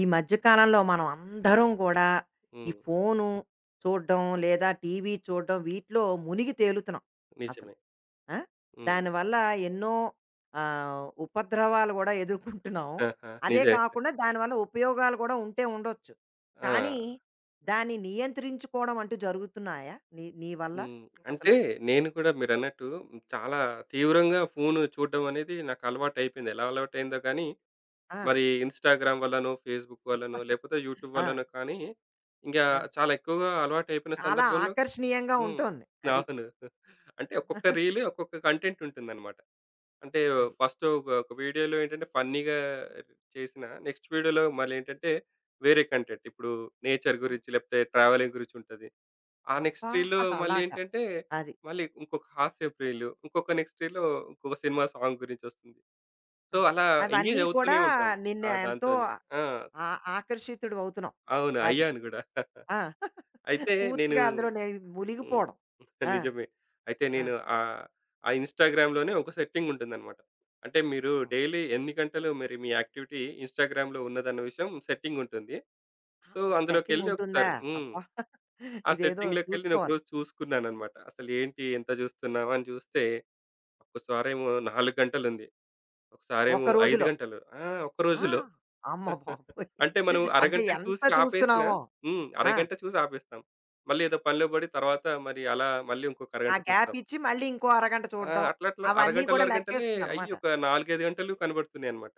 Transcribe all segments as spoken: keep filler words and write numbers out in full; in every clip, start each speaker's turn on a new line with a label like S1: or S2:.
S1: ఈ మధ్య కాలంలో మనం అందరం కూడా ఈ
S2: హ్మ్.
S1: ఫోను చూడడం లేదా టీవీ చూడడం వీటిలో మునిగి తేలుతున్నాం. అసలు
S2: నిజమే.
S1: ఆ?
S2: హ్మ్.
S1: దానివల్ల ఎన్నో ఆ, ఉపద్రవాలు కూడా ఎదుర్కొంటున్నాం.
S2: ఆహా!
S1: అదే
S2: నిజమే.
S1: కాకుండా దానివల్ల ఉపయోగాలు కూడా ఉంటే ఉండొచ్చు,
S2: ఆ!
S1: కానీ దాన్ని నియంత్రించుకోవడం అంటూ జరుగుతున్నాయా నీ నీ వల్ల?
S2: హ్మ్. అంటే
S1: అసలు
S2: నేను కూడా మీరన్నట్టు చాలా తీవ్రంగా ఫోను చూడడం అనేది నాకు అలవాటైపోయింది. ఎలా అలవాటయిందో గానీ,
S1: ఆ,
S2: మరి ఇన్‌స్టాగ్రామ్ వల్లనో, ఫేస్‌బుక్ వల్లనో, లేకపోతే యూట్యూబ్
S1: ఆ,
S2: వల్లనో కానీ, ఇంగా
S1: ఆ.
S2: చాలా ఎక్కువగా అలవాటయిపోయిన
S1: చాలా
S2: సందర్భంలో.
S1: ఆకర్షణీయంగా
S2: హ్మ్.
S1: ఉంటుంది అది.
S2: అవును. అంటే ఒక్కొక్క రీలు, ఒక్కొక్క కంటెంట్ ఉంటుందన్నమాట. అంటే
S1: అది
S2: ఫస్ట్ ఒక ఒక వీడియోలో ఏంటంటే ఫన్నీగా చేసిన, నెక్స్ట్ వీడియోలో మళ్ళీ ఏంటంటే వేరే కంటెంట్ ఇప్పుడు నేచర్
S1: ఆ,
S2: గురించి లేకపోతే ట్రావెలింగ్ గురించి ఉంటది. ఆ
S1: అబ్బా,
S2: నెక్స్ట్ రీల్‌లో మళ్ళీ
S1: అలాగా,
S2: ఏంటంటే
S1: అది
S2: మళ్ళీ ఇంకొక హాస్యపు రీలు, ఇంకొక నెక్స్ట్ రీల్‌లో ఇంకొక సినిమా సాంగ్ గురించి వస్తుంది.
S1: ఆ!
S2: సో, అలా ఎంగేజ్
S1: అవన్నీ కూడా
S2: అవుతూనే ఉంటాం.
S1: నిన్ను
S2: ఆ!
S1: ఎంతో
S2: దాంతోని. ఆ!
S1: ఆ ఆకర్షితుడివవుతున్నావు
S2: అవును.
S1: వాటికి.
S2: అయ్యాను గూడా.
S1: ఆ!
S2: అయితే నేను
S1: పూర్తిగా అందులో నేను
S2: హ్మ్.
S1: మునిగిపోవడం. ఆ!
S2: నిజమే. అయితే
S1: ఆ!
S2: నేను ఆహ్, ఆ ఇన్‌స్టాగ్రామ్‌లోనే ఒక సెట్టింగ్ ఉంటుందన్నమాట. అంటే మీరు
S1: ఆ!
S2: డైలీ ఎన్ని గంటలు మరి మీ యాక్టివిటీ ఇన్‌స్టాగ్రామ్‌లో ఉన్నదన్న విషయం సెట్టింగ్ ఉంటుంది.
S1: ఆ!
S2: సో,
S1: ఆ సెట్టింగ్
S2: అందులోకెళ్ళి
S1: ఉంటుందా?
S2: ఒకసారి హ్మ్.
S1: అబ్బా!
S2: ఆ
S1: ఇదేదో
S2: సెట్టింగ్‌లోకెళ్ళి నేను
S1: చూసుకోవాలి.
S2: ఒకరోజు చూసుకున్నానన్నమాట. అసలు ఏంటి ఎంత చూస్తున్నామా అని చూస్తే ఒక్కసారేమో నాలుగు గంటలుంది.
S1: ఒక్క
S2: ఒకసారేమో ఐదు
S1: రోజులో.
S2: గంటలు. ఆ! ఒక్క
S1: ఆ!
S2: రోజులో.
S1: అమ్మ బాబోయ్!
S2: అంటే మనం
S1: అంటే
S2: అరగంటకి
S1: ఎంత
S2: చూసి ఆపేసిన.
S1: చూస్తున్నామో.
S2: హ్మ్.
S1: ఆ!
S2: అరగంట చూసి ఆపేస్తాం. మళ్ళీ ఏదో పనిలో పడి తర్వాత మరి అలా మళ్ళీ ఇంకొక
S1: ఆ
S2: అరగంట
S1: గ్యాప్
S2: చూస్తాం.
S1: ఇచ్చి మళ్ళీ ఇంకో అరగంట
S2: ఆ!
S1: చూడడం.
S2: అట్లా అట్లా
S1: అవన్నీ
S2: అరగంటలు,
S1: కూడా
S2: అరగంటలే అయ్యి
S1: లెక్కేస్తుందనమాట.
S2: ఒక నాలుగు, ఐదు గంటలు కనబడుతున్నాయన్నమాట.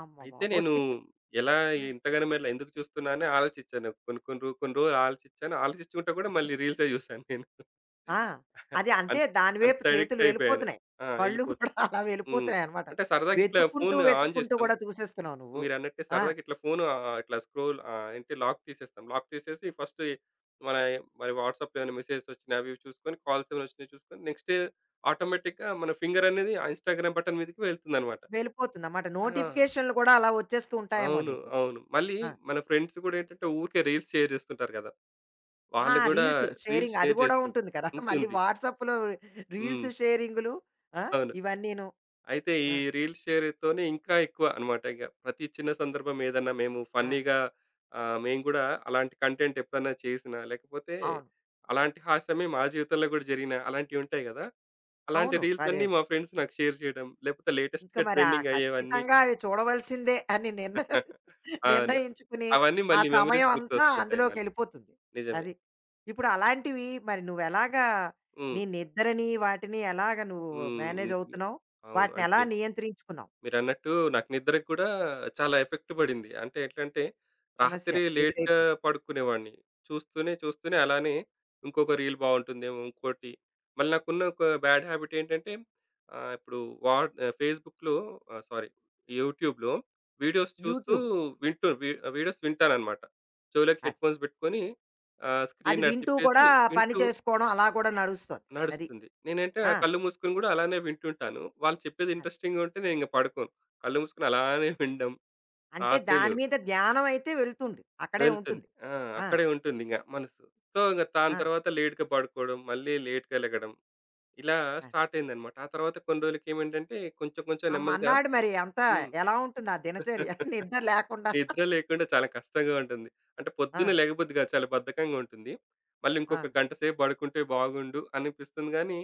S1: అమ్మ
S2: అయితే
S1: బాబోయ్!
S2: నేను ఎలా ఇంతగనం ఇలా ఎందుకు చూస్తున్నా అని ఆలోచించాను. కొన్ని కొన్ని రో కొన్ని రోజులు ఆలోచించాను. ఆలోచించుకుంటా కూడా మళ్ళీ రీల్సే చూసాను నేను.
S1: ఆ! అది అంటే
S2: అంత్
S1: దాని
S2: అంత
S1: వైపు
S2: అడిక్ట్
S1: చేతులు
S2: అయిపోయాను.
S1: వెళ్ళిపోతున్నాయి.
S2: ఆ!
S1: కళ్ళు
S2: ఎళ్ళిపోత్.
S1: కూడా అలా
S2: హ్మ్.
S1: వెళ్ళిపోతున్నాయనమాట.
S2: అంటే సరదాగా ఇట్లా
S1: వెతుక్కుంటూ,
S2: ఫోన్ ఆన్
S1: వెతుక్కుంటూ
S2: చేస్తాం.
S1: కూడా చూసేస్తున్నావు నువ్వు.
S2: మీరన్నట్టే
S1: ఆ!
S2: సరదాగా ఇట్లా ఫోను ఆహ్, ఇట్లా స్క్రోల్ ఆహ్, ఏంటి లాక్ తీసేస్తాం. లాక్ తీసేసి ఫస్ట్ మన మరి వాట్సాప్‌లో ఏమైనా మెసేజెస్ వచ్చినా అవి ఇవి చూసుకొని, కాల్స్ ఏమైనా వచ్చినాయి చూసుకొని, నెక్స్ట్ ఆటోమేటిక్‌గా మన ఫింగర్ అనేది ఆ ఇన్‌స్టాగ్రామ్ బటన్ మీదకి వెళ్తుందన్నమాట.
S1: వెళ్ళిపోతుందన్నమాట.
S2: ఆ!
S1: నోటిఫికేషన్‌లు కూడా అలా వచ్చేస్తూ ఉంటాయేమో
S2: అవును.
S1: నీకు.
S2: అవును. మళ్ళీ
S1: ఆ!
S2: మన ఫ్రెండ్స్ గూడా ఏంటంటే ఊరికే రీల్స్ షేర్ చేస్తుంటారు గదా!
S1: ఆ!
S2: వాళ్ళు గూడా
S1: రీల్స్
S2: రీల్స్
S1: షేరింగ్ అది
S2: షేర్
S1: కూడా
S2: చేస్తుంటారు.
S1: ఉంటుంది కదా! మళ్ళీ
S2: ఉంటుంది.
S1: వాట్సాప్‌లో
S2: హ్మ్.
S1: రీల్స్ షేరింగులు. ఆ!
S2: అవును.
S1: ఇవన్నీను.
S2: అయితే ఈ
S1: ఆ!
S2: రీల్ షేర్‌తోనే ఇంకా ఎక్కువ అనమాట. ఇగ ప్రతి చిన్న సందర్భం ఏదన్నా మేము
S1: ఆ!
S2: ఫన్నీగా ఆహ్, మేము గూడా అలాంటి కంటెంట్ ఎప్పుడన్నా చేసినా, లేకపోతే
S1: అవును.
S2: అలాంటి హాస్యమే మా జీవితంలో గూడా జరిగిన అలాంటివుంటాయి గదా! అలాంటి
S1: అవును.
S2: రీల్స్
S1: అదే.
S2: అన్నీ మా ఫ్రెండ్స్ నాకు షేర్ చేయడం, లేకపోతే
S1: ఇంక
S2: లేటెస్ట్‌గా
S1: మరి ఆ
S2: ట్రెండింగ్ అయ్యేవన్నీ.
S1: ఖచ్చితంగా అవి చూడవలసిందే అని నిర్ణ
S2: అవును.
S1: నిర్ణయించుకుని,
S2: అవన్నీ
S1: ఆ
S2: మళ్ళీ మెమోరీస్
S1: సమయం అంతా
S2: గుర్తొస్తుంటాయి మళ్ళీ.
S1: అందులోకెళ్ళిపోతుంది.
S2: నిజమే.
S1: అది. ఇప్పుడు అలాంటివి మరి నువ్వెలాగా
S2: హ్మ్.
S1: నీ నిద్రని, వాటిని ఎలాగ నువ్వు
S2: హ్మ్.
S1: మేనేజ్
S2: హ్మ్.
S1: అవుతున్నావు?
S2: అవును.
S1: వాటినెలా
S2: అంటే
S1: నియంత్రించుకున్నావు?
S2: మీరన్నట్టు నాకు నిద్రకు కూడా చాలా ఎఫెక్ట్ పడింది. అంటే ఎట్లంటే,
S1: సమస్య
S2: రాత్రి లేట్‌గా
S1: ఎదురైపోయింది.
S2: పడుకునేవాడిని. చూస్తూనే, చూస్తూనే అలానే ఇంకొక రీల్ బావుంటుందేమో, ఇంకోటి. మళ్ళీ నాకున్న ఒక బ్యాడ్ హ్యాబిట్ ఏంటంటే, ఆహ్, ఇప్పుడు వాట్ ఆహ్, ఫేస్‌బుక్‌లో ఆహ్, సారీ యూట్యూబ్‌లో వీడియోస్ చూస్తూ
S1: యూట్యూబ్.
S2: వింటూ వి వీడియోస్ వింటాననమాట. చెవులోకి
S1: అది.
S2: హెడ్‌ఫోన్స్ పెట్టుకొని ఆహ్,
S1: అది
S2: స్క్రీన్ అటు
S1: వింటూ
S2: తిప్పేసి
S1: కూడా పని
S2: వింటూ
S1: చేసుకోవడం అలా కూడా నడుస్తోంది. అది.
S2: నడుస్తుంది. నేనంటే ఆ
S1: ఆ!
S2: కళ్ళు మూసుకొని గూడా అలానే వింటుంటాను. వాళ్ళు చెప్పేది
S1: అది.
S2: ఇంట్రెస్టింగ్‌గా ఉంటే నేను ఇంక పడుకోను. కళ్ళు మూసుకొని అలానే వినడం
S1: అంటే దాని
S2: రాత్రిలు
S1: మీద ధ్యానం అయితే వెళ్తుంది. అక్కడే
S2: వెళ్తుంది.
S1: ఉంటుంది.
S2: ఆ!
S1: ఆ!
S2: అక్కడే ఉంటుందింక మనసు. సో, ఇంక దాని
S1: ఆ!
S2: తర్వాత లేట్‌గా పడుకోవడం, మళ్ళీ లేట్‌గా లెగడం ఇలా
S1: ఆ!
S2: స్టార్ట్ అయిందనమాట. ఆ తర్వాత కొన్ని రోజులకేమేంటంటే కొంచెం కొంచెం
S1: ఆ
S2: నెమ్మదిగా.
S1: మన్నాడు మరి అంతా
S2: హ్మ్.
S1: ఎలా ఉంటుంది ఆ దినచర్య? నిద్ర లేకుండా.
S2: నిద్ర లేకుండా చాలా కష్టంగా ఉంటుంది. అంటే
S1: ఆ!
S2: పొద్దున్నే లెగబుద్ది కాదు. చాలా బద్ధకంగా ఉంటుంది. మళ్ళీ
S1: ఆ!
S2: ఇంకొక గంట సేపు పడుకుంటే బాగుండు అనిపిస్తుంది గానీ,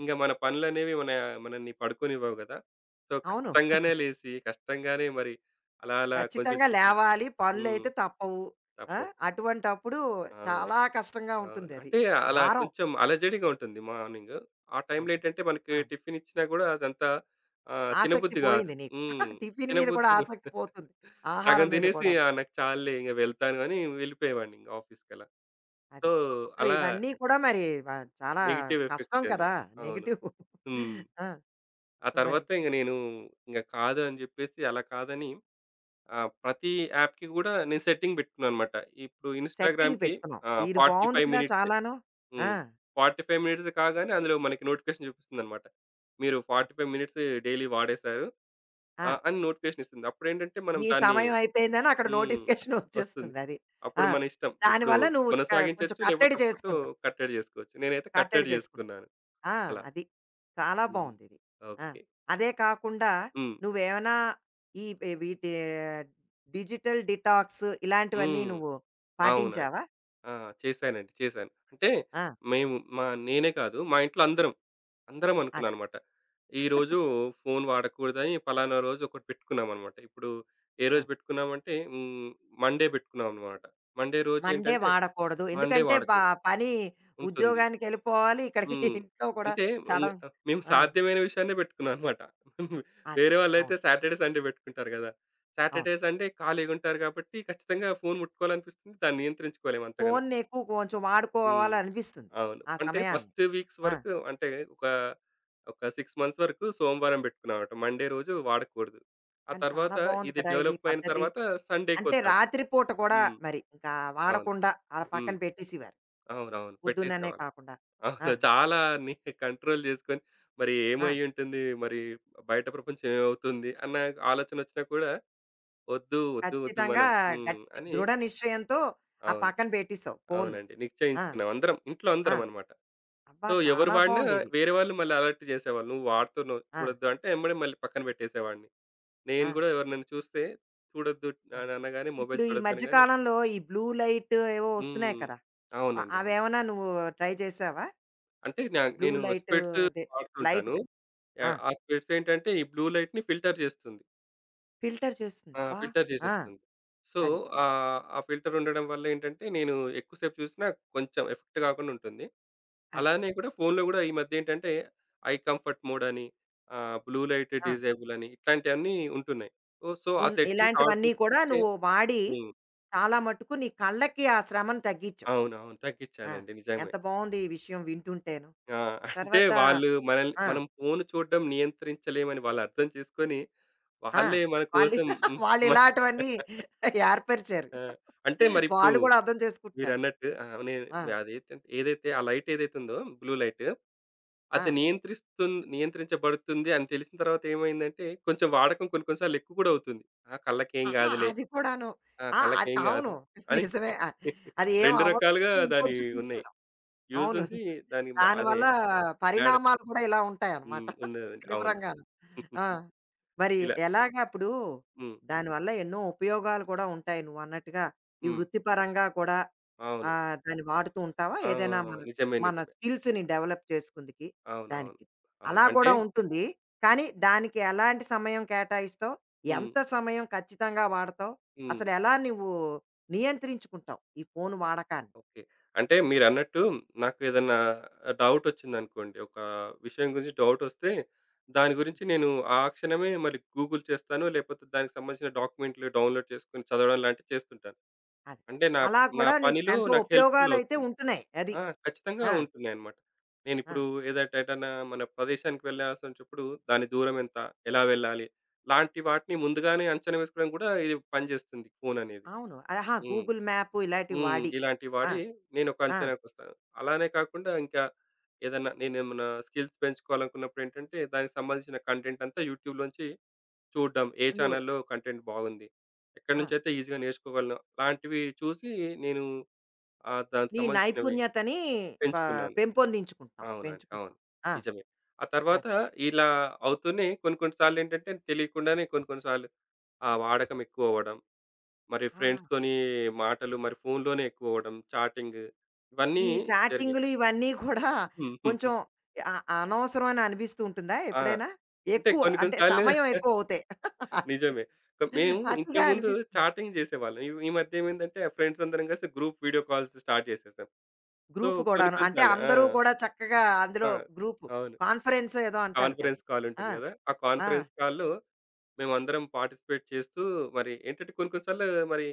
S2: ఇంక మన పనులనేవి మన మనల్ని పడుకోనివ్వవు గదా! సో,
S1: అవును.
S2: కష్టంగానే లేసి, కష్టంగానే మరి అలా అలా కొంచెం
S1: ఖచ్చితంగా
S2: టిఫిన్.
S1: లేవాలి.
S2: హ్మ్.
S1: పనులైతే తప్పవు. ఆ!
S2: తప్పవు.
S1: అటువంటప్పుడు
S2: అవును.
S1: చాలా కష్టంగా
S2: అవును.
S1: ఉంటుందది.
S2: అంటే అలా
S1: భారం.
S2: కొంచెం అలజడిగా ఉంటుంది మార్నింగు. ఆ టైంలో
S1: అదే.
S2: ఏంటంటే మనకి
S1: ఆ!
S2: టిఫిన్ ఇచ్చినా గూడా అదంతా ఆహ్,
S1: ఆసక్తి
S2: తినబుద్ధి గాదు.
S1: పోయింది నీకు.
S2: హ్మ్.
S1: టిఫిన్ మీద కూడా
S2: తినబుద్ధి
S1: ఆసక్తి
S2: గూడా
S1: పోతుంది.
S2: సగం
S1: ఆహారం మీద
S2: తినేసి,
S1: కూడాను.
S2: "ఆ! నాకు చాలులే ఇంక వెళ్తాను" అని వెళ్ళిపోయేవాడిని ఇంక ఆఫీస్‌కలా. సో,
S1: అది. సో,
S2: అలా
S1: ఇవన్నీ కూడా మరి వ చాలా
S2: నెగెటివ్
S1: కష్టం
S2: ఎఫెక్ట్స్
S1: కదా!
S2: అనమాట. అవును.
S1: నెగెటివ్. ఆ!
S2: హ్మ్. ఆ
S1: మరి
S2: తర్వాత ఇంక నేను ఇంక కాదు అని చెప్పేసి అలా కాదని, ఆహ్, ప్రతి యాప్‌కి కూడా నేను సెట్టింగ్ పెట్టుకున్నాననమాట. ఇప్పుడు
S1: సెట్టింగ్
S2: ఇన్‌స్టాగ్రామ్‌కి
S1: పెట్టుకున్నాం.
S2: ఆహ్,
S1: ఇది బావుంది
S2: నలభై ఐదు
S1: కదా!
S2: మినిట్సే.
S1: చాలాను. ఆ!
S2: హ్మ్. నలభై ఐదు మినిట్స్ కాగానే అందులో మనకి నోటిఫికేషన్ చూపిస్తుందనమాట. మీరు
S1: అది.
S2: నలభై ఐదు మినిట్స్ డైలీ వాడేశారు
S1: ఆ!
S2: ఆహ్, అని నోటిఫికేషన్ ఇస్తుంది. అప్పుడేంటంటే మనం
S1: నీ
S2: దాన్ని
S1: సమయం అయిపోయిందని అక్కడ
S2: హ్మ్.
S1: నోటిఫికేషన్
S2: వస్తుంది.
S1: వచ్చేస్తుంది అది.
S2: అప్పుడు
S1: ఆ!
S2: మన ఇష్టం. ఇప్పుడు
S1: దానివల్ల నువ్వు చ కొంచెం
S2: కొనసాగించొచ్చు లేకపోతే
S1: కట్టడి
S2: అప్పుడుతో
S1: చేసుకుంటావు.
S2: కట్టడి జేసుకోవచ్చు. నేనైతే
S1: కట్టడి
S2: కట్టడి
S1: చేసుకుంటావు.
S2: జేసుకున్నాను
S1: ఆ!
S2: అలా.
S1: అది. చాలా
S2: హ్మ్.
S1: బావుందిది. ఆ!
S2: ఓకే.
S1: అదే కాకుండా
S2: హ్మ్.
S1: నువ్వేమైనా ఈ వె వీటి డిజిటల్ డిటాక్స్ ఇలాంటివన్నీ
S2: హ్మ్.
S1: నువ్వు
S2: అవునండి.
S1: పాటించావా?
S2: ఆ! చేశానండి. చేశాను. అంటే
S1: ఆ!
S2: మేము మా నేనే కాదు మా ఇంట్లో అందరం, అందరం
S1: అది.
S2: అనుకున్నామనమాట. ఈరోజు ఫోను వాడకూడదని పలానా రోజు ఒకటి పెట్టుకున్నామనమాట. ఇప్పుడు ఏ
S1: ఆ!
S2: రోజు పెట్టుకున్నామంటే హ్మ్. మండే పెట్టుకున్నామనమాట. మండే రోజు
S1: మండే
S2: ఏంటంటే
S1: వాడకూడదు.
S2: మండే
S1: ఎందుకంటే ప
S2: వాడకూడదు
S1: పని
S2: ఉంటుంది.
S1: ఉద్యోగానికెళ్ళిపోవాలి. ఇక్కడికి
S2: హ్మ్.
S1: ఇంట్లో కూడా
S2: అంటే ఇంగ
S1: సడన్
S2: ఆహ్, మేము
S1: ఆ!
S2: సాధ్యమైన విషయాన్నే పెట్టుకున్నాం అనమాట.
S1: అది.
S2: వేరే వాళ్ళైతే
S1: అవును.
S2: సాటర్‌డే, సండే పెట్టుకుంటారు గదా!
S1: అవును.
S2: సాటర్‌డే, సండే ఖాళీగుంటారు కాబట్టి ఖచ్చితంగా ఫోను ముట్టుకోవాలనిపిస్తుంది. దాన్ని నియంత్రించుకోలేము అంతగనం.
S1: ఫోన్‌ని ఎక్కువ కొంచెం
S2: హ్మ్.
S1: వాడుకోవాలనిపిస్తుంది
S2: అవును.
S1: ఆ
S2: అంటే
S1: సమయాన్ని.
S2: ఫస్ట్ వీక్స్
S1: ఆ!
S2: వరకు అంటే ఒక, ఒక ఆరు మంత్స్ వరకు సోమవారం పెట్టుకున్నామన్నమాట. మండే రోజు వాడకూడదు. ఆ
S1: కానీ చాలా
S2: తర్వాత
S1: బావుంది
S2: ఇది
S1: కదా! ఇది
S2: డెవలప్ అయిన
S1: పద్ధతి.
S2: తర్వాత
S1: అంటే
S2: సండేకొద్దాం.
S1: రాత్రి పూట కూడా
S2: హ్మ్.
S1: మరి ఇంకా
S2: అవును.
S1: వాడకుండా అలా
S2: హ్మ్.
S1: పక్కన పెట్టేసేవారు.
S2: అవునవును. పెట్టేసాం.
S1: పొద్దున్ననే కాకుండా. ఆ!
S2: అవును. చాలా అన్ని కంట్రోల్ జేసుకొని, మరి
S1: ఆ!
S2: ఏమయ్యుంటుంది? మరి బయట ప్రపంచం ఏమవుతుంది? అన్న ఆలోచనొచ్చినా కూడా వద్దు, వద్దు, వద్దు
S1: ఖచ్చితంగా
S2: మనం హ్మ్
S1: గట్టి
S2: అని.
S1: దృఢ నిశ్చయంతో ఆ
S2: అవును.
S1: పక్కన పెట్టేసావు ఫోన్‌ని.
S2: అవునండి.
S1: ఆ!
S2: నిశ్చయించుకున్నాం. అందరం ఇంట్లో
S1: ఆ!
S2: అందరం అన్నమాట.
S1: అబ్బా!
S2: సో, ఎవరు
S1: చాలా
S2: వాడినా
S1: బావుందిది.
S2: వేరే వాళ్ళు మళ్ళీ అలర్ట్ చేసేవాళ్ళు. "నువ్వు వాడుతున్నావు
S1: ఆ!
S2: చూడొద్దు" అంటే ఎమ్మడే మళ్ళీ పక్కన పెట్టేసేవాడిని.
S1: ఆ!
S2: నేను గూడా ఎవరినైనా చూస్తే చూడొద్దు
S1: ఆ!
S2: అని అనగానే మొబైల్
S1: ఇప్పుడు ఈ
S2: చూడొద్దు
S1: మధ్య
S2: అనగానే.
S1: కాలంలో ఈ బ్లూ లైట్ ఏవో వస్తున్నాయి
S2: హ్మ్.
S1: కదా! అ
S2: అవునండి. అవును.
S1: అవేమన్నా నువ్వు ట్రై చేసావా?
S2: అంటే నా
S1: బ్లూ
S2: నేను
S1: లైట్
S2: స్పెట్స్
S1: అదే లైట్
S2: వాడుతుంటాను.
S1: ఆ!
S2: యాహ్! ఆ స్పెట్స్ ఏంటంటే ఈ బ్లూ లైట్‌ని ఫిల్టర్ చేస్తుంది.
S1: ఫిల్టర్ చేస్తుంది.
S2: ఆ!
S1: అబ్బా!
S2: ఫిల్టర్
S1: ఆ!
S2: చేసేస్తుంది. సో,
S1: అది.
S2: ఆహ్, ఆ ఫిల్టర్ ఉండడం వల్ల ఏంటంటే, నేను ఎక్కువసేపు చూసినా కొంచెం ఎఫెక్ట్ కాకుండా ఉంటుంది.
S1: అది.
S2: అలానే కూడా ఫోన్‌లో కూడా ఈ మధ్య ఏంటంటే, ఐ కంఫర్ట్ మోడ్ అని, ఆహ్, బ్లూ లైట్
S1: ఆ!
S2: డిజేబుల్ అని ఇట్లాంటివన్నీ ఉంటున్నాయి. ఓ సో, ఆ
S1: ఉన్
S2: సెట్టింగ్స్ ఆన్
S1: ఇలాంటివన్నీ కూడా
S2: చేసుకుంటే.
S1: నువ్వు వాడి
S2: హ్మ్.
S1: చాలా మట్టుకు నీ కళ్ళకి ఆ శ్రమను తగ్గించావు.
S2: అవునవును.
S1: ఆ!
S2: తగ్గించానండి. నిజమే.
S1: ఎంత బావుంది ఈ విషయం వింటుంటేను.
S2: ఆ! అంటే
S1: తర్వాత
S2: వాళ్ళు మనల్ని
S1: ఆ!
S2: మనం ఫోన్ చూడడం నియంత్రించలేమని వాళ్ళు అర్థం చేసుకొని,
S1: ఆ!
S2: వాళ్ళే మన
S1: వాళ్ళు
S2: కోసం హ్మ్.
S1: వాళ్ళు
S2: మన
S1: ఇలాంటివన్నీ ఏర్పరిచారు.
S2: ఆ! అంటే మరిప్పుడు
S1: వాళ్ళు కూడా అర్థం చేసుకుంటున్నారు.
S2: మీరన్నట్టు ఆ! నేను
S1: ఆ!
S2: అదైతే ఏదైతే ఆ లైట్ ఏదైతే ఉందో బ్లూ లైట్,
S1: ఆ!
S2: అది నియంత్రిస్తున్ నియంత్రించబడుతుంది అని తెలిసిన తర్వాత ఏమైందంటే, కొంచెం వాడకం కొన్ని కొన్ని సార్లు ఎక్కువ కూడా అవుతుంది. ఆ! కళ్ళకేం
S1: ఆహా!
S2: కాదులే.
S1: అది కూడాను.
S2: ఆ!
S1: ఆ! అద్
S2: కళ్ళకేం కాదు
S1: అవును.
S2: అని.
S1: నిజమే. ఆ, అది ఏం
S2: రెండు
S1: అవ్వదు.
S2: రకాలుగా దాని
S1: ఇంకొంచెం చూసు
S2: ఉన్నాయి. యూజ్
S1: అవును.
S2: ఉంది. దాని బ- అదే
S1: దానివల్ల
S2: బ్యాడ్.
S1: పరిణామాలు కూడా ఇలా ఉంటాయన్నమాట.
S2: హ్మ్. ఉన్నదండి. అవును.
S1: తీవ్రంగాను. ఆ! మరి
S2: ఇలా.
S1: ఎలాగా ఇప్పుడు
S2: హ్మ్.
S1: దానివల్ల ఎన్నో ఉపయోగాలు కూడా ఉంటాయి నువ్వన్నట్టుగా. ఈ
S2: హ్మ్.
S1: వృత్తిపరంగా కూడా
S2: అవును.
S1: ఆహ్, దాన్ని వాడుతూ ఉంటావా?
S2: ఆ!
S1: ఏదైనా మన
S2: నిజమే.
S1: మన
S2: నిజమే.
S1: స్కిల్స్‌ని డెవలప్ చేసుకుందికి
S2: అవునవును. అవును.
S1: దానికి.
S2: అవును
S1: అలా
S2: అంటే
S1: కూడా ఉంటుంది. కానీ దానికి ఎలాంటి సమయం కేటాయిస్తావు?
S2: హ్మ్.
S1: ఎంత సమయం ఖచ్చితంగా వాడతావు?
S2: హ్మ్.
S1: అసలెలా నువ్వు నియంత్రించుకుంటావు? ఈ ఫోను వాడకాన్ని?
S2: ఓకే. అంటే మీరన్నట్టు నాకు ఏదన్నా డౌట్ వచ్చిందనుకోండి. ఒక విషయం గురించి డౌట్ వస్తే, దాని గురించి నేను ఆ క్షణమే మరి గూగుల్ చేస్తాను. లేకపోతే దానికి సంబంధించిన డాక్యుమెంట్లు డౌన్‌లోడ్ చేసుకొని చదవడం లాంటివి చేస్తుంటాను.
S1: అది.
S2: అంటే నా
S1: అలా
S2: నా
S1: కూడా నీకు
S2: పనిలో
S1: ఎంతో
S2: నాకు హెల్ప్‌ఫుల్
S1: ఉపయోగాలైతే
S2: అవుతుంది.
S1: ఉంటున్నాయి. అది.
S2: ఆ! ఖచ్చితంగా
S1: ఆ!
S2: ఉంటున్నాయన్నమాట.
S1: ఆ!
S2: నేనిప్పుడు ఏదట ఏటన్నా మన ప్రదేశానికి వెళ్ళాల్సొచ్చినప్పుడు దాని దూరం ఎంత? ఎలా వెళ్ళాలి? లాంటి వాటిని ముందుగానే అంచనా వేసుకోవడానికి కూడా ఇది పనిచేస్తుంది ఫోననేది.
S1: అవును. ఆహా!
S2: హ్మ్.
S1: గూగుల్ మ్యాప్ ఇలాంటివి
S2: హ్మ్.
S1: వాడి.
S2: ఇలాంటివి
S1: ఆ!
S2: వాడి నేనొక
S1: ఆ!
S2: అంచనాకొస్తాను. అలానే కాకుండా ఇంకా ఏదన్నా నేనేమన్నా స్కిల్స్ పెంచుకోవాలనుకున్నప్పుడు ఏంటంటే, దానికి సంబంధించిన కంటెంట్ అంతా యూట్యూబ్‌లోంచి చూడడం. ఏ
S1: నువ్వు
S2: ఛానల్‌లో కంటెంట్ బాగుంది? ఎక్కడి
S1: ఆ!
S2: నుంచైతే ఈజీగా నేర్చుకోగలను అలాంటివి చూసి నేను ఆహ్, దానికి
S1: నీ
S2: సంబంధించినవి
S1: నైపుణ్యతని ప
S2: పెంచుకున్నాను.
S1: పెంపొందించుకుంటున్నావు.
S2: అవునండి. అవును.
S1: పెంచుకుంటున్నావు. ఆ!
S2: నిజమే. ఆ తర్వాత
S1: అది.
S2: ఇలా అవుతూనే కొన్ని కొన్ని సార్లేంటంటే తెలియకుండానే కొన్ని కొన్ని సార్లు ఆ వాడకం ఎక్కువ అవ్వడం. మరి
S1: ఆ!
S2: ఫ్రెండ్స్‌తోని మాటలు, మరి ఫోన్‌లోనే ఎక్కువ అవ్వడం, చాటింగ్ ఇవన్నీ
S1: ఈ
S2: జరిగాయి.
S1: చాటింగులు ఇవన్నీ కూడా కొంచెం అ అనవసరమని అనిపిస్తూ ఉంటుందా
S2: ఆ!
S1: ఎప్పుడైనా?
S2: అంటే
S1: ఎక్కువ
S2: కొన్ని కొన్ని
S1: అంటే
S2: సార్లు.
S1: సమయం ఎక్కువ అవుతాయి.
S2: నిజమే. క మేము
S1: అతిగా
S2: ఇంతకుముందు
S1: అనిపిస్తుంది.
S2: చాటింగ్ చేసేవాళ్ళం. ఈ ఈ మధ్య ఏమైందంటే ఫ్రెండ్స్ అందరం కలిసి గ్రూప్ వీడియో కాల్స్ స్టార్ట్ చేసేసాం. సో,
S1: గ్రూప్
S2: కొన్ని
S1: కూడాను.
S2: కొన్ని
S1: అంటే
S2: సార్లు ఆ!
S1: అందరూ కూడా చక్కగా
S2: ఆ!
S1: అందులో గ్రూప్
S2: అవును.
S1: కాన్ఫరెన్స్ ఏదో అంటారు
S2: కాన్ఫరెన్స్
S1: దాన్ని.
S2: కాల్
S1: ఆ!
S2: ఉంటుంది కదా! ఆ
S1: ఆ!
S2: కాన్ఫరెన్స్ కాల్‌లో మేమందరం పార్టిసిపేట్ చేస్తూ మరి ఏంటంటే కొన్ని కొన్ని సార్లు మరి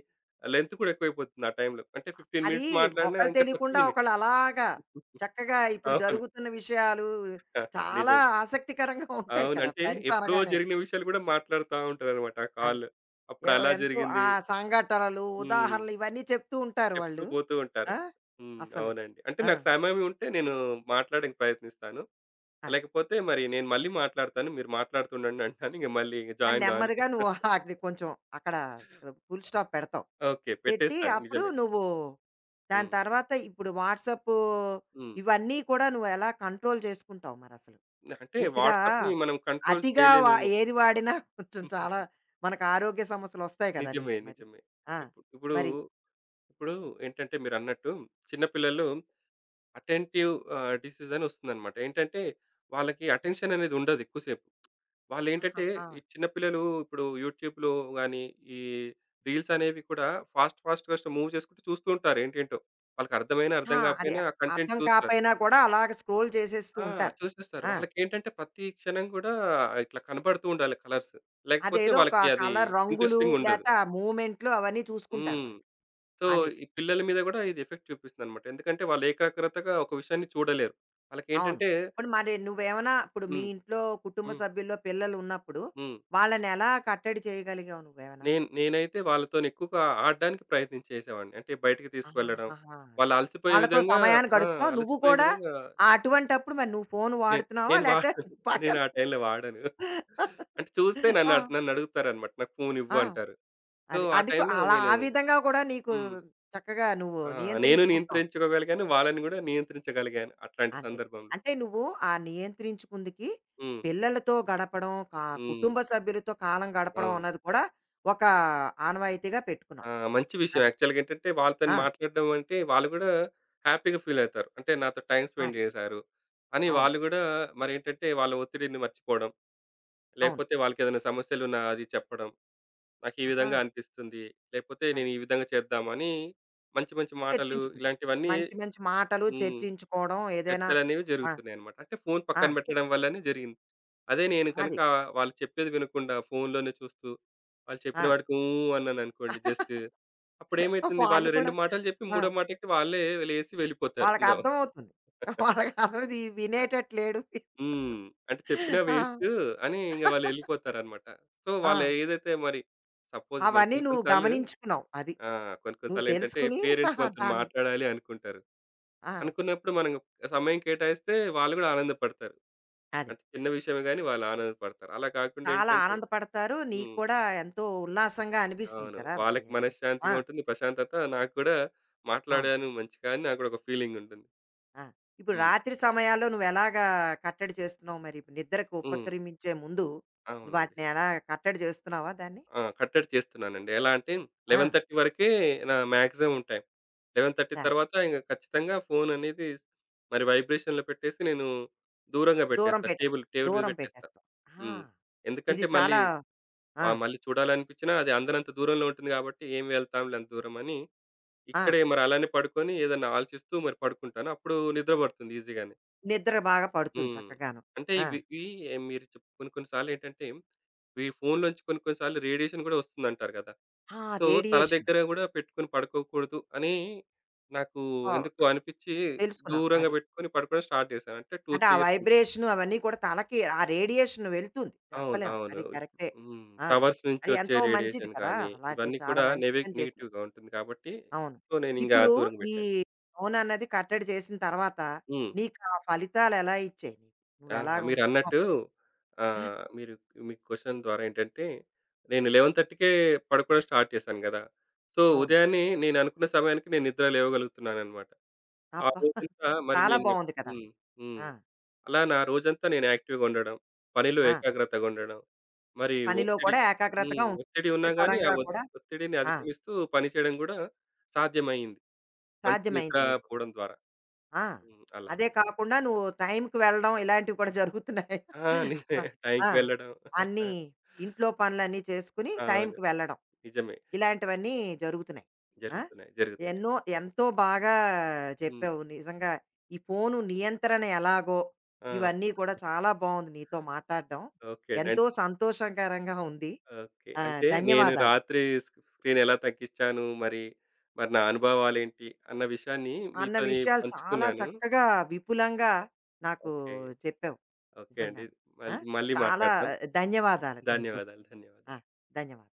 S2: లెంత్ కూడా ఎక్కువైపోతుంది ఆ టైంలో. అంటే పదిహేను
S1: అది
S2: మినిట్స్ మాట్లాడినా
S1: ఒకళ్ళు
S2: ఇంకా ముప్పై
S1: తెలియకుండా
S2: మినిట్స్.
S1: ఒకళ్ళు అలాగా చక్కగా ఇప్పుడు
S2: అవును.
S1: జరుగుతున్న విషయాలు చాలా
S2: నిజం.
S1: ఆసక్తికరంగా ఉంటాయి
S2: అవును.
S1: కదా!
S2: అంటే
S1: ఫ్రెండ్స్
S2: ఎప్పుడో
S1: అనగానే.
S2: జరిగిన విషయాలు గూడా మాట్లాడుతా ఉంటారనమాట ఆ
S1: అది
S2: కాల్‌లో. అప్పుడు
S1: ఎవ్
S2: అలా
S1: ఎంతో ఆ
S2: జరిగింది.
S1: సంఘటనలు,
S2: హ్మ్.
S1: ఉదాహరణలు ఇవన్నీ చెప్తూ ఉంటారు
S2: చెప్తూ
S1: వాళ్ళు.
S2: పోతూ ఉంటారు.
S1: ఆ!
S2: హ్మ్.
S1: అసలు.
S2: అవునండి. అంటే
S1: ఆ!
S2: నాకు సమయం ఉంటే నేను మాట్లాడడానికి ప్రయత్నిస్తాను.
S1: అది.
S2: లేకపోతే మరి నేను మళ్ళీ మాట్లాడతాను. మీరు మాట్లాడుతుండండి అంటాను. ఇంక మళ్ళీ ఇంక
S1: కానీ
S2: జాయిన్ గాను.
S1: నెమ్మదిగా నువ్వు అది కొంచెం అక్కడ ఫుల్ స్టాప్ పెడతావు.
S2: ఓకే.
S1: పెట్టి
S2: పెట్టేస్తాను.
S1: అప్పుడు
S2: నిజమే.
S1: నువ్వు దాని
S2: హ్మ్.
S1: తర్వాత ఇప్పుడు వాట్సాప్
S2: హ్మ్.
S1: ఇవన్నీ కూడా నువ్వు ఎలా కంట్రోల్ చేసుకుంటావు మరి అసలు?
S2: అంటే
S1: పూర్తిగా
S2: వాట్సాప్‌ని మనం కంట్రోల్
S1: అతిగా వా
S2: చేయలేమేమో.
S1: ఏది వాడినా కొంచెం చాలా మనకు ఆరోగ్య సమస్యలొస్తాయి కదా
S2: నిజమే.
S1: నీకు మరి.
S2: నిజమే.
S1: ఆ!
S2: ఇప్పుడు ఇప్పుడు
S1: మరి
S2: ఇప్పుడు ఏంటంటే మీరన్నట్టు చిన్న పిల్లలు అటెంటివ్ ఆహ్, డిసీజ్ అని వస్తుందన్నమాట. ఏంటంటే, వాళ్ళకి అటెన్షన్ అనేది ఉండదు ఎక్కువసేపు. వాళ్ళేంటంటే,
S1: ఆహాహా!
S2: ఈ చిన్న పిల్లలు ఇప్పుడు యూట్యూబ్‌లో గాని, ఈ రీల్స్ అనేవి కూడా ఫాస్ట్, ఫాస్ట్‌గా మూవ్ చేసుకుంటూ చూస్తూ ఉంటారు ఏంటేంటో. వాళ్ళకి అర్థమైనా,
S1: ఆ!
S2: అర్థం
S1: అదే
S2: కాకపోయినా ఆ కంటెంట్
S1: అర్థం
S2: చూస్తారు.
S1: కాపోయినా కూడా అలాగ స్క్రోల్ చేసేస్తూ
S2: ఆ!
S1: ఉంటారు.
S2: చూసేస్తారు.
S1: ఆ!
S2: వాళ్ళకేంటంటే, ప్రతి క్షణం కూడా ఇట్లా కనబడుతూ ఉండాలి కలర్స్. లేకపోతే
S1: అదేదో ఒక
S2: వాళ్ళకి అది
S1: కలర్ రంగులు
S2: ఇంట్రెస్టింగ్ ఉండదు.
S1: లేతే ఆ మూవ్‌మెంట్లు అవన్నీ చూసుకుంటారు
S2: హ్మ్.
S1: వాళ్ళు.
S2: సో,
S1: అది.
S2: ఈ పిల్లల మీద కూడా ఇది ఎఫెక్ట్ చూపిస్తుందన్నమాట. ఎందుకంటే, వాళ్ళు ఏకాగ్రతగా ఒక విషయాన్ని చూడలేరు.
S1: అవును.
S2: వాళ్ళకేంటంటే
S1: ఇప్పుడు మరి నువ్వేమన్నా ఇప్పుడు మీ
S2: హ్మ్.
S1: ఇంట్లో కుటుంబ
S2: హ్మ్.
S1: సభ్యుల్లో పిల్లలు ఉన్నప్పుడు,
S2: హ్మ్.
S1: వాళ్ళని ఎలా కట్టడి చేయగలిగావు నువ్వేమన్నా?
S2: నేను నేనైతే వాళ్ళతోని ఎక్కువగా ఆడడానికి ప్రయత్నం చేసేవాడిని. అంటే బయటికి తీసుకువెళ్ళడం.
S1: ఆహాహా!
S2: వాళ్ళు
S1: అది.
S2: అలసిపోయే
S1: వాళ్ళతో
S2: విధంగా.
S1: సమయాన్ని
S2: ఆ!
S1: గడుపుతావు. నువ్వు
S2: అలసిపోయే
S1: కూడా
S2: విధంగా
S1: ఆహ్, అటువంటప్పుడు మరి నువ్వు ఫోను
S2: నేను
S1: వాడుతున్నావా?
S2: నేను వాడను.
S1: లేతే
S2: నేను
S1: పక్కన
S2: ఆ టైంలో వాడను. అంటే చూస్తే నన్ను అడ్
S1: ఆ!
S2: నన్నడుగుతారనమాట. నాకు ఫోను ఇవ్వు
S1: ఆ!
S2: అంటారు. సో,
S1: అది.
S2: ఆ
S1: అందుకు
S2: టైంలో
S1: అలా
S2: నేను
S1: ఆ విధంగా కూడా నీకు
S2: హ్మ్.
S1: చక్కగా నువ్వు
S2: ఆ! నేను
S1: నియంత్రించుకుంటావు.
S2: నియంత్రించుకోగలిగాను. వాళ్ళని గూడా నియంత్రించగలిగాను అట్లాంటి
S1: అంతే.
S2: సందర్భంలో.
S1: అంటే నువ్వు ఆ నియంత్రించుకుందికి
S2: హ్మ్.
S1: పిల్లలతో గడపడం, కా
S2: హ్మ్.
S1: కుటుంబ సభ్యులతో కాలం గడపడం
S2: అవును.
S1: అన్నది కూడా ఒక ఆనవాయితీగా
S2: ఆ!
S1: పెట్టుకున్నావు.
S2: మంచి విషయం.
S1: అది.
S2: యాక్చువల్‌గా ఏంటంటే, వాళ్ళతోని
S1: ఆ!
S2: మాట్లాడడం అంటే, వాళ్ళు గూడా హ్యాపీగా ఫీల్ అవుతారు. అంటే నాతో టైమ్ స్పెండ్
S1: అది.
S2: చేశారు అని
S1: అవును.
S2: వాళ్ళు గూడా మరేంటంటే, వాళ్ళ ఒత్తిడిని మర్చిపోవడం,
S1: అవును.
S2: లేకపోతే వాళ్ళకేదైనా సమస్యలున్నా అది చెప్పడం. నాకు ఈ
S1: ఆహా!
S2: విధంగా అనిపిస్తుంది. లేకపోతే నేను
S1: అది.
S2: ఈ విధంగా చేద్దామని, మంచి మంచి మాటలు
S1: చర్చించుకుంటాం.
S2: ఇలాంటివన్నీ.
S1: మంచి మంచి మాటలు
S2: హ్మ్.
S1: చర్చించుకోవడం ఏదైనా
S2: చర్చలనేవి
S1: ఆ!
S2: జరుగుతున్నాయన్నమాట. అంటే ఫోను
S1: ఆ!
S2: పక్కన పెట్టడం వల్లనే జరిగింది. అదే నేను కనుక
S1: అది.
S2: వాళ్ళు చెప్పేది వినకుండా ఫోన్‌లోనే చూస్తూ, వాళ్ళు
S1: ఆ!
S2: చెప్పిన వాటికి ఊ అన్నాననుకోండి జస్ట్. అప్పుడేమైతుంది వాళ్ళు
S1: వాళ్ళు కూడా
S2: రెండు మాటలు చెప్పి
S1: ఆ!
S2: మూడో మాటకి వాళ్ళే లేసి వెళ్ళిపోతారు. ఇంగ.
S1: వాళ్ళకర్థమవుతుంది. వాళ్ళకర్థం ఇది వినేటట్టు లేడు.
S2: హ్మ్. అంటే చెప్పినా
S1: ఆ!
S2: వేస్ట్ అని ఇంగ వాళ్ళెళ్ళిపోతారనమాట. సో, వాళ్ళు
S1: ఆ!
S2: ఏదైతే మరి సపోజ్ మన
S1: అవన్నీ
S2: కొన్ని కొన్ని
S1: నువ్వు
S2: సార్లు
S1: గమనించుకున్నావు. అది.
S2: ఆ! కొన్ని కొన్ని
S1: నువ్వు
S2: సార్లేంటంటే
S1: తెలుసుకుని
S2: పేరెంట్స్ మనతోని
S1: దాన్ని
S2: మాట్లాడాలి అనుకుంటారు.
S1: ఆ!
S2: అనుకున్నప్పుడు మనం సమయం కేటాయిస్తే వాళ్ళు గూడా ఆనందపడతారు.
S1: అది.
S2: అంటే చిన్న విషయమే గాని వాళ్ళు ఆనందపడతారు. అలా కాకుండా
S1: చాలా
S2: ఏంటంటే
S1: ఆనందపడతారు. నీకు
S2: హ్మ్.
S1: కూడా ఎంతో ఉల్లాసంగా అనిపిస్తుంది
S2: అవును.
S1: కదా! మరి
S2: వాళ్ళకి
S1: అది. ఆ!
S2: మనశ్శాంతిగా ఉంటుంది. ప్రశాంతత నాకు కూడా
S1: అవును.
S2: మాట్లాడాను మంచిగా అని నాకు కూడా ఒక ఫీలింగ్ ఉంటుంది.
S1: ఆ! ఇప్పుడు
S2: హ్మ్.
S1: రాత్రి సమయాల్లో నువ్వెలాగా కట్టడి చేస్తున్నావు మరి? ఇప్పుడు నిద్రకు
S2: హ్మ్.
S1: ఉపక్రమించే ముందు
S2: అవునండి.
S1: వాటిని ఎలా కట్టడి చేస్తున్నావా దాన్ని?
S2: ఆ! కట్టడి చేస్తున్నానండి. ఎలా అంటే
S1: ఆ!
S2: పదకొండున్నర వరకే నా మాక్సిమం టైం. పదకొండున్నర
S1: దా
S2: తర్వాత ఇంక ఖచ్చితంగా ఫోన్ అనేది మరి వైబ్రేషన్‌లో పెట్టేసి నేను దూరంగా
S1: దూరం
S2: పెట్టేస్తా.
S1: పెట్టా
S2: టేబుల్ టేబుల్ మీద
S1: దూరం
S2: పెట్టేస్తా.
S1: పెట్టేస్తావు. ఆ!
S2: హ్మ్.
S1: ఇది
S2: ఎందుకంటే మళ్ళీ
S1: చాలా ఆ!
S2: ఆహ్, మళ్ళీ చూడాలనిపించినా అది అందనంత దూరంలో ఉంటుంది కాబట్టి ఏం వెళ్తాంలే అంత దూరం అని
S1: ఆ!
S2: ఇక్కడే మరి అలానే పడుకొని ఏదన్నా ఆలోచిస్తూ మరి పడుకుంటాను. అప్పుడు నిద్ర పడుతుంది ఈజీగానే.
S1: నిద్ర బాగా పడుతుంది
S2: హ్మ్.
S1: చక్కగాను.
S2: అంటే
S1: ఆ!
S2: ఇవి ఇవి ఏ- మీరు చెప్ కొన్ని కొన్ని సార్లేంటంటే ఈ ఫోన్‌లోంచి కొన్ని కొన్ని సార్లు రేడియేషన్ గూడా ఒస్తుందంటారు గదా!
S1: ఆ!
S2: సో, తల
S1: రేడియేషన్.
S2: దగ్గర గూడా పెట్టుకొని పడుకోకూడదు అని నాకు
S1: ఆ!
S2: ఎందుకో అనిపిచ్చి
S1: తెలుసుకున్నావు
S2: దూరంగా
S1: అది.
S2: పెట్టుకొని పడుకోవడం స్టార్ట్ చేశాను. అంటే రెండు,
S1: అంటే
S2: మూడు
S1: ఆ
S2: ఇయర్స్ నుంచి.
S1: వైబ్రేషన్ అవన్నీ కూడా తలకి ఆ రేడియేషన్ వెళ్తుంది.
S2: అవును.
S1: చెప్పలేం.
S2: అవును.
S1: అది కరెక్టే.
S2: హ్మ్.
S1: ఆ!
S2: టవర్స్ నుంచి
S1: అది
S2: ఒచ్చే
S1: ఎంతో మంచిది
S2: రేడియేషన్
S1: కదా!
S2: గానీ,
S1: అలాంటివి
S2: ఇవన్నీ
S1: చాలా
S2: కూడా
S1: మంచి
S2: నెవి
S1: పని చేసావు.
S2: నెగెటివ్‌గా ఉంటుంది కాబట్టి
S1: అవును.
S2: సో, నేనింగా
S1: ఇప్పుడు
S2: దూరంగా
S1: ఈ
S2: పెట్టాను.
S1: ఫోన్ అన్నది కట్టడి చేసిన తర్వాత
S2: హ్మ్.
S1: నీకు ఆ ఫలితాలు ఎలా ఇచ్చాయి? నీకు నువ్వు
S2: ఆ!
S1: ఎలాగ ఉన్నావు?
S2: మీరన్నట్టు ఆహ్, మీరు మీ క్వెషన్ ద్వారా ఏంటంటే, నేను 11:30కే పడుకోవడం స్టార్ట్ చేశాను గదా! సో,
S1: అవును.
S2: ఉదయాన్నే నేననుకున్న సమయానికి నేను నిద్ర లేవగలుగుతున్నాననమాట. ఆ
S1: అబ్బా!
S2: రోజంతా మరి
S1: చాలా
S2: నేను
S1: బావుంది కదా!
S2: హ్మ్. హ్మ్.
S1: ఆ!
S2: అలా నా రోజంతా నేను యాక్టివ్‌గా ఉండడం, పనిలో
S1: ఆ!
S2: ఏకాగ్రతగా ఉండడం, మరి
S1: పనిలో
S2: ఒత్తిడి.
S1: కూడా ఏకాగ్రతగా
S2: హ్మ్.
S1: ఉంటుంది.
S2: ఒత్తిడి ఉన్నా గానీ, ఆ
S1: వృత్తిపరంగా
S2: ఒత్
S1: కూడా
S2: ఒత్తిడిని
S1: ఆ!
S2: అధిగమిస్తూ పని చేయడం గూడా సాధ్యమయింది. మంచి నిద్ర
S1: సాధ్యమైంది నీకు.
S2: పోవడం ద్వారా.
S1: ఆ!
S2: హ్మ్. అలా.
S1: అదే కాకుండా నువ్వు టైంకి వెళ్ళడం ఇలాంటివి కూడా జరుగుతున్నాయి.
S2: ఆ! నిజమే.
S1: ఆ!
S2: టైంకి వెళ్ళడం.
S1: అన్నీ ఇంట్లో పనులన్నీ చేసుకొని
S2: అవును.
S1: టైంకి వెళ్ళడం.
S2: నిజమే.
S1: ఇలాంటివన్నీ జరుగుతున్నాయి. ఆ!
S2: జరుగుతున్నాయి. జరుగుతున్నాయి.
S1: ఎన్నో ఎంతో బాగా
S2: హ్మ్.
S1: చెప్పావు. నిజంగా ఈ ఫోను నియంత్రణ ఎలాగో
S2: ఆ!
S1: ఇవన్నీ కూడా చాలా బావుంది నీతో మాట్లాడడం.
S2: ఓకే అండి. అన్.
S1: ఎంతో సంతోషకరంగా ఉంది.
S2: ఓకే.
S1: ఆ!
S2: అంటే నేను
S1: ధన్యవాదాలు.
S2: రాత్రి స్క్ స్క్రీన్ ఎలా తగ్గించాను, మరి మరి నా అనుభవాలేంటి అన్న విషయాన్ని
S1: అన్న
S2: మీతోని
S1: విషయాలు చాలా
S2: పంచుకున్నాను.
S1: చక్కగా విపులంగా నాకు
S2: ఓకే.
S1: చెప్పావు
S2: ఓకే అండి.
S1: నిజంగాను. ఆ!
S2: మళ్ మళ్ళీ
S1: చాలా
S2: మాట్లాడదాం.
S1: ధన్యవాదాలు నీకు.
S2: ధన్యవాదాలు.
S1: ఆ!
S2: ధన్యవాదాలు.
S1: ధన్యవాదాలు.